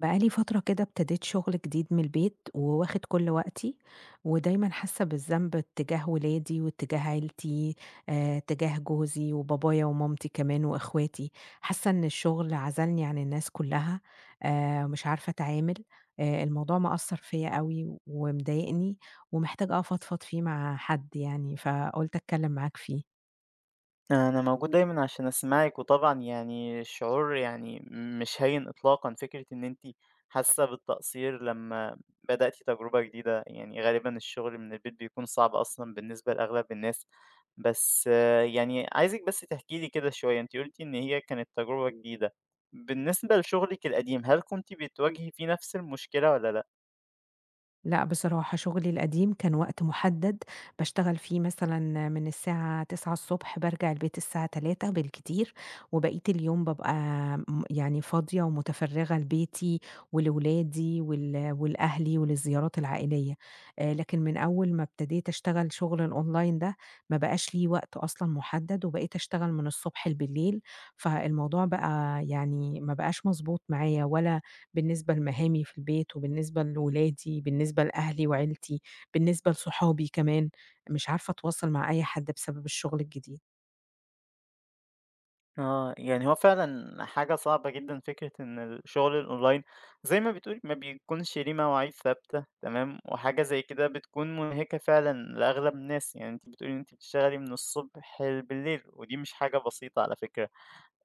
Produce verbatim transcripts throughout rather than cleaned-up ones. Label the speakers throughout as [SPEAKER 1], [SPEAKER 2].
[SPEAKER 1] بقى لي فترة كده ابتديت شغل جديد من البيت وواخد كل وقتي، ودايمًا حاسة بالذنب اتجاه ولادي واتجاه عيلتي، آآ، اتجاه جوزي وبابايا ومامتي كمان وإخواتي، حاسة إن الشغل عزلني عن الناس كلها، آآ، مش عارفة أتعامل، آآ، الموضوع مأثّر فيّا أوي ومضايقني، ومحتاجة أفضفض فيه مع حد يعني، فقُلت أتكلم معاك فيه.
[SPEAKER 2] أنا موجود دايمًا عشان أسمعِك، وطبعًا يعني الشعور يعني مش هين إطلاقًا، فكرة إن أنتِ حاسة بالتقصير لمّا بدأتِ تجربة جديدة. يعني غالبًا الشغل من البيت بيكون صعب أصلًا بالنسبة لأغلب الناس. بس آه، يعني عايزِك بس تحكي لي كده شوية. أنتِ قُلتِ إن هي كانت تجربة جديدة، بالنسبة لشغلِك القديم، هل كنتِ بتواجهي فيه نفس المشكلة والّا لأ؟
[SPEAKER 1] لأ، بصراحة شغلي القديم كان وقت محدد باشتغل فيه مثلًا من الساعة تسعة بارجع البيت الساعة تلاتة بالكتير، وبقية اليوم بابقى م يعني فاضية ومتفرغة لبيتي ولولادي ول ولأهلي وللزيارات العائلية. آآ، لكن من أول ما ابتديت أشتغل شغل الأونلاين ده، ما بقاش ليه وقت أصلًا محدد، وبقيت أشتغل من الصبح لبليل، فالموضوع بقى يعني ما بقاش مضبوط معايا ولا بالنسبة لمهامي في البيت، وبالنسبة لولادي، بالنسبة لأهلي وعيلتي، بالنسبة لصحابي كمان، مش عارفة أتواصل مع أي حد بسبب الشغل الجديد.
[SPEAKER 2] آه، يعني هو فعلًا حاجة صعبة جدًا، فكرة إن الشغل الأونلاين زي ما بتقولي ما بيكونش ليه مواعيد ثابتة تمام، وحاجة زي كده بتكون منهكة فعلًا لأغلب الناس. يعني أنتِ بتقولي إن أنتِ بتشتغلي من الصبح لبالليل، ودي مش حاجة بسيطة على فكرة.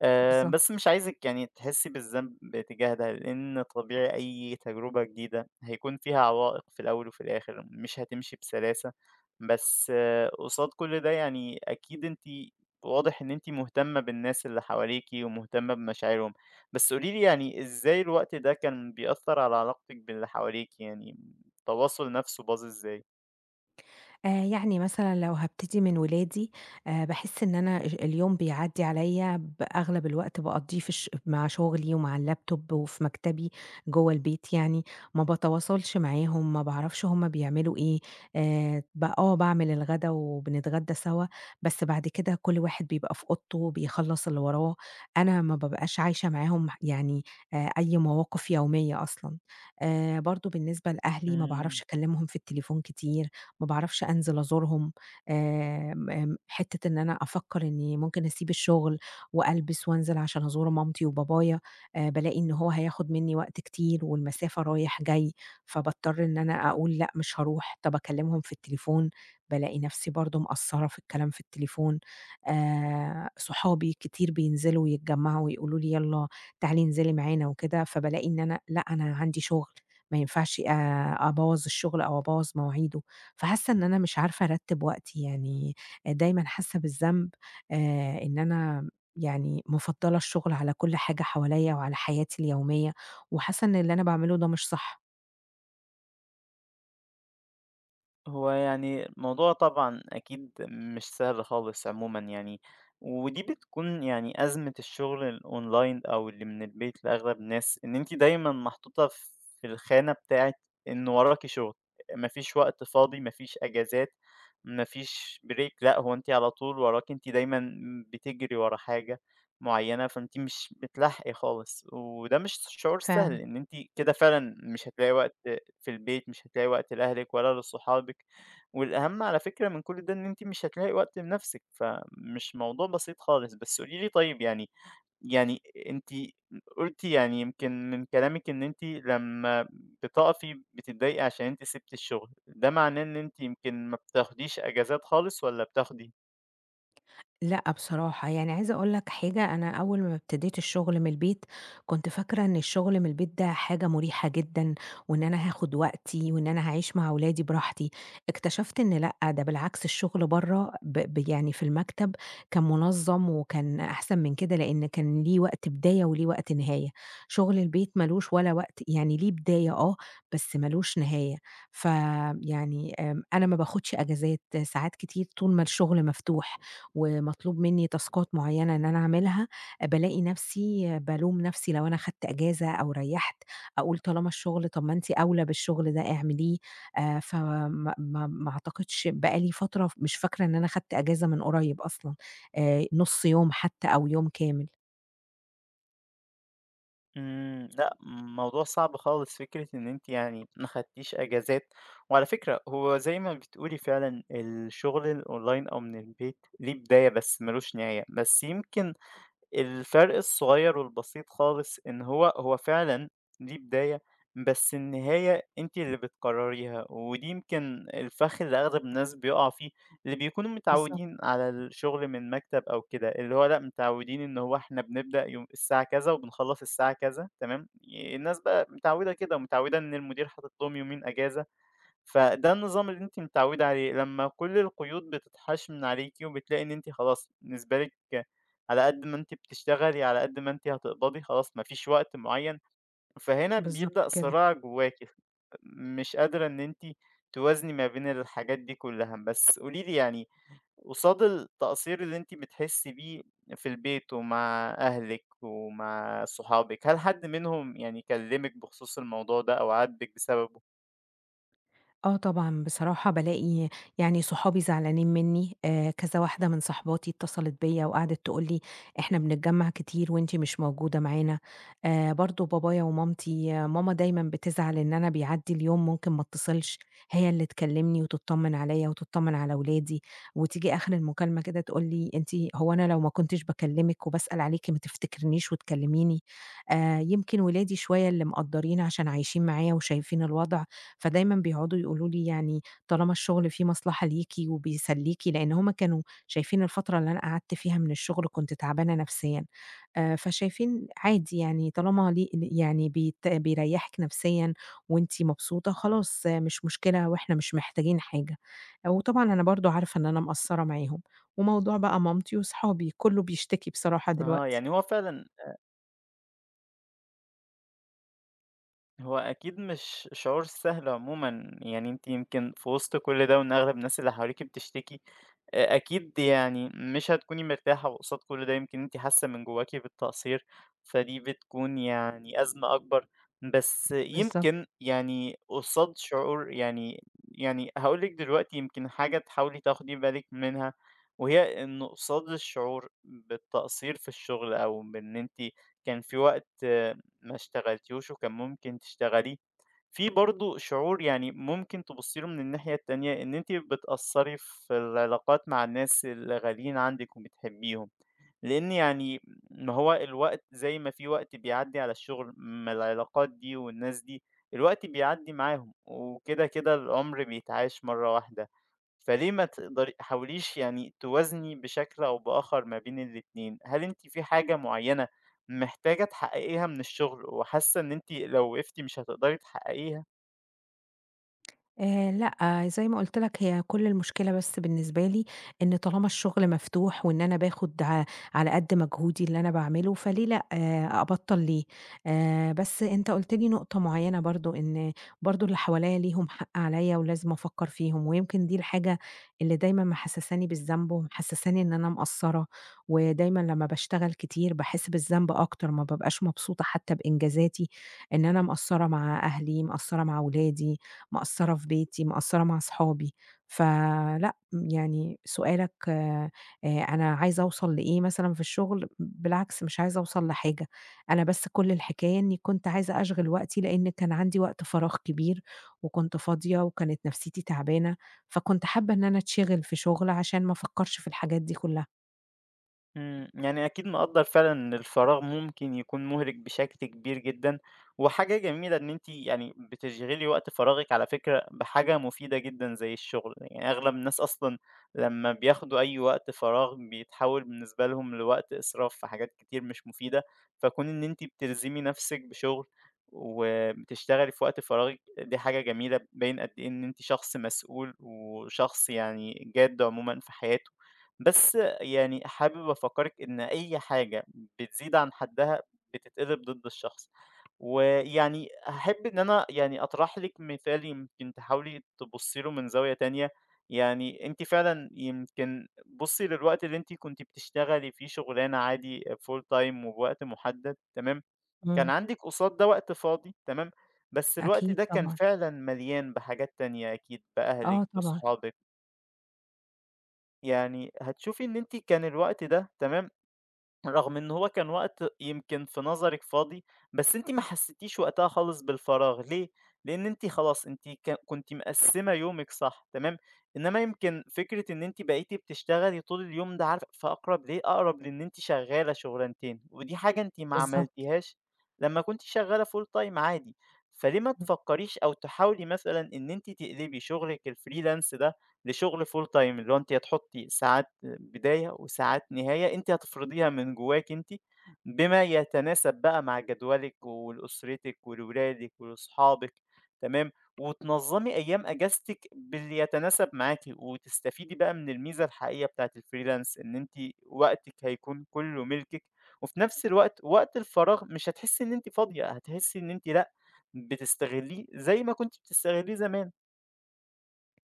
[SPEAKER 2] آآ،
[SPEAKER 1] بالضبط.
[SPEAKER 2] بس مش عايزِك يعني تحسّي بالذنب تجاه ده، لإن طبيعي أي تجربة جديدة هيكون فيها عوائق في الأول وفي الآخر، مش هتمشي بسلاسة. بس آه، قصاد كل ده يعني أكيد أنتِ واضح إن أنتِ مهتمة بالناس اللي حواليكِ ومهتمة بمشاعرهم. بس قولي لي يعني إزاي الوقت ده كان بيأثّر على علاقتِك باللي حواليكِ، يعني التواصل نَفْسه باظ.
[SPEAKER 1] آآ يعني مثلًا لو هابتدي من ولادي، آآ باحس إن أنا اج اليوم بيعدّي عليّا بأغلب الوقت باقضّيه في الش مع شغلي ومع اللابتوب وفي مكتبي جوّه البيت يعني، ما باتواصلش معاهم، ما باعرفش هُم بيعملوا إيه، آآ ب آه باعمل الغدا وبنتغدى سوا، بس بعد كده كل واحد بيبقى في أوضته بيخلّص اللي وراه، أنا ما بابقاش عايشة معاهم ح يعني آآ أي مواقف يومية أصلًا. آآ برضه بالنسبة لأهلي ما
[SPEAKER 2] إزاي؟
[SPEAKER 1] باعرفش أكلّمهم في التليفون كتير. ما باعرفش أنزل أزورهم، آمم، آمم، حتّة إن أنا أفكّر إني ممكن أسيب الشغل وألبس وأنزل عشان أزور مامتي وبابايا، آآ بالاقي إن هو هياخد منّي وقت كتير والمسافة رايح جاي، فباضطر إن أنا أقول لأ مش هاروح، طَب أكلّمهم في التليفون، بالاقي نَفْسي برضه مقصّرة في الكلام في التليفون، آآ صحابي كتير بينزلوا ويتجمّعوا ويقولوا لي يالّا تعالي انزلي معانا وكده، فبالاقي إن أنا لأ أنا عندي شغل، ما ينفعش آآ أبوّظ الشغل أو أبوّظ مواعيده. فحاسة إن أنا مش عارفة أرتّب وقتي، يعني دايمًا حاسة بالذنب آآ إن أنا يعني مفضّلة الشغل على كل حاجة حواليّا وعلى حياتي اليومية، وحاسة إن اللي أنا باعمله ده مش صح.
[SPEAKER 2] هو يعني الموضوع طبعًا أكيد مش سهل خالص عمومًا يعني، ودي بتكون يعني أزمة الشغل الأونلاين أو اللي من البيت لأغلب الناس، إن أنتِ دايمًا محطوطة في الخانة بتاعة إن وراكِ شغل، ما فيش وقت فاضي، ما فيش أجازات، ما فيش break لأ، هو أنتِ على طول وراكِ، أنتِ دايمًا بتجري ورا حاجة معينة، فأنتِ مش بتلاحقي خالص، وده مش شعور سهل،
[SPEAKER 1] فعلًا.
[SPEAKER 2] إن أنتِ كده فعلًا مش هتلاقي وقت في البيت، مش هتلاقي وقت لأهلِك ولا لصحابِك، والأهم على فكرة من كل ده إن أنتِ مش هتلاقي وقت لنفسِك، فمش موضوع بسيط خالص. بس قولي لي طيب، يعني يعني أنتِ قُلتِ يعني يمكن من كلامِك إن أنتِ لمّا بتقفي بتتضايقي عشان أنتِ سِبتِ الشغل، ده معناه إن أنتِ يمكن ما بتاخديش أجازات خالص والّا بتاخدي؟
[SPEAKER 1] لأ بصراحة، يعني عايزة أقول لك حاجة، أنا أول ما ابتديت الشغل من البيت، كنت فاكرة إن الشغل من البيت ده حاجة مريحة جدًا، وإن أنا هاخد وقتي، وإن أنا هاعيش مع ولادي براحتي، اكتشفت إن لأ، ده بالعكس الشغل برّه ب ب يعني في المكتب كان منظم وكان أحسن من كده، لإن كان ليه وقت بداية وليه وقت نهاية، شغل البيت ما لوش ولا وقت يعني ليه بداية آه، بس ما لوش نهاية، فيعني آمم، أنا ما باخدش أجازات ساعات كتير طول ما الشغل مفتوح. ومطلوب منّي تاسكات معيّنة إن أنا أعملها، بالاقي نَفْسي بالوم نَفْسي لو أنا خدت إجازة أو ريّحت، أقول طالما الشغل طَب ما أنتِ أولى بالشغل ده اعمليه، آآ فما ما ما أعتقدش بقى لي فترة ف مش فاكرة إن أنا خدت إجازة من قريّب أصلًا، آآ نُص يوم حتى أو يوم كامل.
[SPEAKER 2] إمم، لأ، موضوع صعب خالص فكرة إن أنتِ يعني ما خدتيش أجازات. وعلى فكرة هو زي ما بتقولي فعلًا الشغل الأونلاين أو من البيت ليه بداية بس مالوش نهاية، بس يمكن الفرق الصغير والبسيط خالص إن هو هو فعلًا دي بداية، بس النهاية أنتِ اللي بتقرريها، ودي يمكن الفخ اللي أغلب الناس بيقعوا فيه، اللي بيكونوا
[SPEAKER 1] بالضبط،
[SPEAKER 2] متعودين على الشغل من مكتب أو كده، اللي هو لأ متعودين إن هو إحنا بنبدأ يوم الساعة كذا وبنخلّص الساعة كذا، تمام. الناس بقى متعودة كده ومتعودة إن المدير حاطط لهم يومين أجازة. فده النظام اللي أنتِ متعوّدة عليه، لمّا كل القيود بتتحاش من عليكِ وبتلاقي إن أنتِ خلاص بالنسبة لِك على قد ما أنتِ بتشتغلي، على قد ما أنتِ هتقبضي، خلاص ما فيش وقت معيّن، فهنا
[SPEAKER 1] بالضبط
[SPEAKER 2] بيبدأ
[SPEAKER 1] كده.
[SPEAKER 2] صراع جواكِ، مش قادرة إن أنتِ توازني ما بين الحاجات دي كلّها. بس قولي لي يعني، قصاد التقصير اللي أنتِ بتحسّي بيه في البيت ومع أهلِك ومع صحابِك، هل حد منهم يعني كلّمِك بخصوص الموضوع ده أو عاتبِك بسببه؟
[SPEAKER 1] آه طبعًا، بصراحة بالاقي يعني صحابي زعلانين منّي، آآ كذا واحدة من صاحباتي اتصلت بيّا وقعدت تقول لي: "إحنا بنتجمّع كتير وأنتِ مش موجودة معانا." آآ برضه بابايا ومامتي، آه ماما دايمًا بتزعل إن أنا بيعدّي اليوم ممكن ما اتصلش، هي اللي تكلّمني وتطّمن عليّا وتطّمن على ولادي، وتيجي آخر المكالمة كده تقول لي: "أنتِ هو أنا لو ما كنتش باكلّمِك وباسأل عليكِ ما تفتكرنيش وتكلّميني؟" آآ يمكن ولادي شوية اللي مقدّرين عشان عايشين معايا وشايفين الوضع، فدايمًا بيقعدوا يقولوا لي يعني طالما الشغل فيه مصلحة ليكِ وبيسليكِ، لإن هم كانوا شايفين الفترة اللي أنا قعدت فيها من الشغل كنت تعبانة نفسيًا، آآ، فشايفين عادي يعني طالما لي يعني بيت بيريحِك نفسيًا وأنتِ مبسوطة خلاص آه، مش مشكلة وإحنا مش محتاجين حاجة. آه، وطبعًا أنا برضه عارفة إن أنا مقصرة معاهم. وموضوع بقى مامتي وصحابي، كله بيشتكي بصراحة
[SPEAKER 2] آه،
[SPEAKER 1] دلوقتي.
[SPEAKER 2] يعني هو فعلًا، هو أكيد مش شعور سهل عمومًا، يعني أنتِ يمكن في وسط كل ده وإن أغلب الناس اللي حواليكِ بتشتكي، أ أكيد يعني مش هتكوني مرتاحة، وقصاد كل ده يمكن أنتِ حاسة من جواكِ بالتقصير، فدي بتكون يعني أزمة أكبر. بس
[SPEAKER 1] بالضبط.
[SPEAKER 2] يمكن يعني قصاد شعور يعني يعني هاقول لِك دلوقتي يمكن حاجة تحاولي تاخدي بالِك منها، وهي إن قصاد الشعور بالتقصير في الشغل أو بإن أنتِ كان في وقت ما اشتغلتيهوش وكان ممكن تشتغليه، في برضه شعور يعني ممكن تبُصّي له من الناحية التانية، إن أنتِ بتأثّري في العلاقات مع الناس اللي غاليين عندِك وبتحبيهم، لإن يعني ما هو الوقت زي ما في وقت بيعدّي على الشغل، ما العلاقات دي والناس دي الوقت بيعدّي معاهم، وكده، كده العمر بيتعاش مرّة واحدة. فليه ما تقدري تحاوليش يعني توازني بشكل أو بآخر ما بين الاتنين؟ هل أنتِ في حاجة معينة محتاجة تحققيها من الشغل وحاسة إن أنتِ لو وقفتِ مش هتقدري تحققيها؟
[SPEAKER 1] آآ لأ، آه، زي ما قُلت لك هي كل المشكلة بس بالنسبة لي إن طالما الشغل مفتوح وإن أنا باخد ع على قد مجهودي اللي أنا باعمله، فليه لأ، آه أبطّل ليه؟ آآ بس أنت قُلت لي نقطة معيّنة برضه، إن برضه اللي حواليّا ليهم حق عليّا ولازم أفكّر فيهم، ويمكن دي الحاجة اللي دايمًا محسّساني بالذنب ومحسّساني إن أنا مقصّرة، ودايمًا لمّا باشتغل كتير باحس بالذنب أكتر، ما بابقاش مبسوطة حتّى بإنجازاتي، إن أنا مقصّرة مع أهلي، مقصّرة مع ولادي. مقصّرة في بيتي، مقصّرة مع صحابي، فلأ، يعني سؤالك آآ أنا عايزة أوصل لإيه مثلًا في الشغل، بالعكس مش عايزة أوصل لحاجة، أنا بس كل الحكاية إنّي كنت عايزة أشغِل وقتي لإن كان عندي وقت فراغ كبير وكنت فاضية وكانت نفسيتي تعبانة، فكنت حابة إن أنا أتشغِل في شغل عشان ما أفكّرش في الحاجات دي كُلّها.
[SPEAKER 2] إمم، يعني أكيد مقدّر فعلًا إن الفراغ ممكن يكون مُهلِك بشكل كبير جدًا، وحاجة جميلة إن أنتِ يعني بتشغلي وقت فراغِك على فكرة بحاجة مفيدة جدًا زي الشغل، يعني أغلب الناس أصلًا لمّا بياخدوا أي وقت فراغ بيتحوّل بالنسبة لهم لوقت إسراف في حاجات كتير مش مفيدة، فكون إن أنتِ بتلزمي نَفْسِك بشغل وبتشتغلي في وقت فراغِك دي حاجة جميلة بتبيّن قد إيه إن أنتِ شخص مسؤول وشخص يعني جاد عمومًا في حياته. بس يعني حابب أفكّرِك إن أي حاجة بتزيد عن حدّها بتتقلب ضد الشخص، ويعني هاحب إن أنا يعني أطرح لِك مثال يمكن تحاولي تبُصّي له من زاوية تانية. يعني أنتِ فعلًا يمكن بُصّي للوقت اللي أنتِ كنتِ بتشتغلي فيه شُغلانة عادي full time وبوقت مُحدّد تمام، كان
[SPEAKER 1] إمم.
[SPEAKER 2] عندِك قصاد ده وقت فاضي تمام، بس الوقت
[SPEAKER 1] أكيد
[SPEAKER 2] ده كان
[SPEAKER 1] طبعًا،
[SPEAKER 2] فعلًا مليان بحاجات تانية أكيد
[SPEAKER 1] آه
[SPEAKER 2] بأهلِك،
[SPEAKER 1] طبعًا،
[SPEAKER 2] بصحابِك، يعني هتشوفي إن أنتِ كان الوقت ده تمام، رغم إن هو كان وقت يمكن في نظرِك فاضي، بس أنتِ ما حسّيتيش وقتها خالص بالفراغ ليه؟ لإن أنتِ خلاص أنتِ ك كنتِ مقسّمة يومِك صح، تمام. إنما يمكن فكرة إن أنتِ بقيتِ بتشتغلي طول اليوم ده، عارفة أقرب لإيه؟ أقرب لإن أنتِ شغّالة شُغلانتين، ودي حاجة أنتِ
[SPEAKER 1] بس
[SPEAKER 2] ما
[SPEAKER 1] بالضبط.
[SPEAKER 2] عملتيهاش لمّا كنتِ شغّالة full time عادي. فليه ما تفكّريش أو تحاولي مثلًا إن أنتِ تقلبي شُغلِك الfreelance ده لشغل full time، اللي هو أنتِ هتحطي ساعات بداية وساعات نهاية أنتِ هتفرضيها من جواكِ أنتِ، بما يتناسب بقى مع جدولِك ولأسرتِك ولولادِك ولأصحابِك، تمام، وتنظّمي أيام أجازتِك باللي يتناسب معاكِ، وتستفيدي بقى من الميزة الحقيقية بتاعة الfreelance، إن أنتِ وقتِك هيكون كُلّه ملكِك، وفي نفس الوقت وقت الفراغ مش هتحسّي إن أنتِ فاضية، هتحسّي إن أنتِ لأ، بتستغلّيه زي ما كنتِ بتستغلّيه زمان.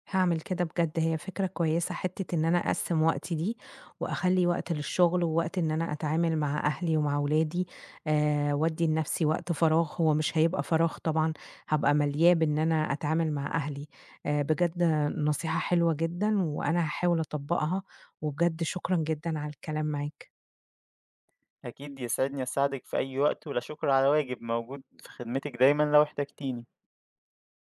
[SPEAKER 1] هاعمل كده بجد، هي فكرة كويسة حتّة إن أنا أقسّم وقتي دي، وأخلّي وقت للشغل، ووقت إن أنا أتعامل مع أهلي ومع ولادي، آآ، وأدّي لنفسي وقت فراغ، هو مش هيبقى فراغ طبعًا، هابقى ملياه بإن أنا أتعامل مع أهلي. آآ، بجد نصيحة حلوة جدًا، وأنا هاحاول أطبّقها، وبجد شكرًا جدًا على الكلام معاك.
[SPEAKER 2] أكيد يسعدني أساعدِك في أي وقت، ولا شكر على واجب، موجود في خدمتِك دايمًا لو احتجتيني.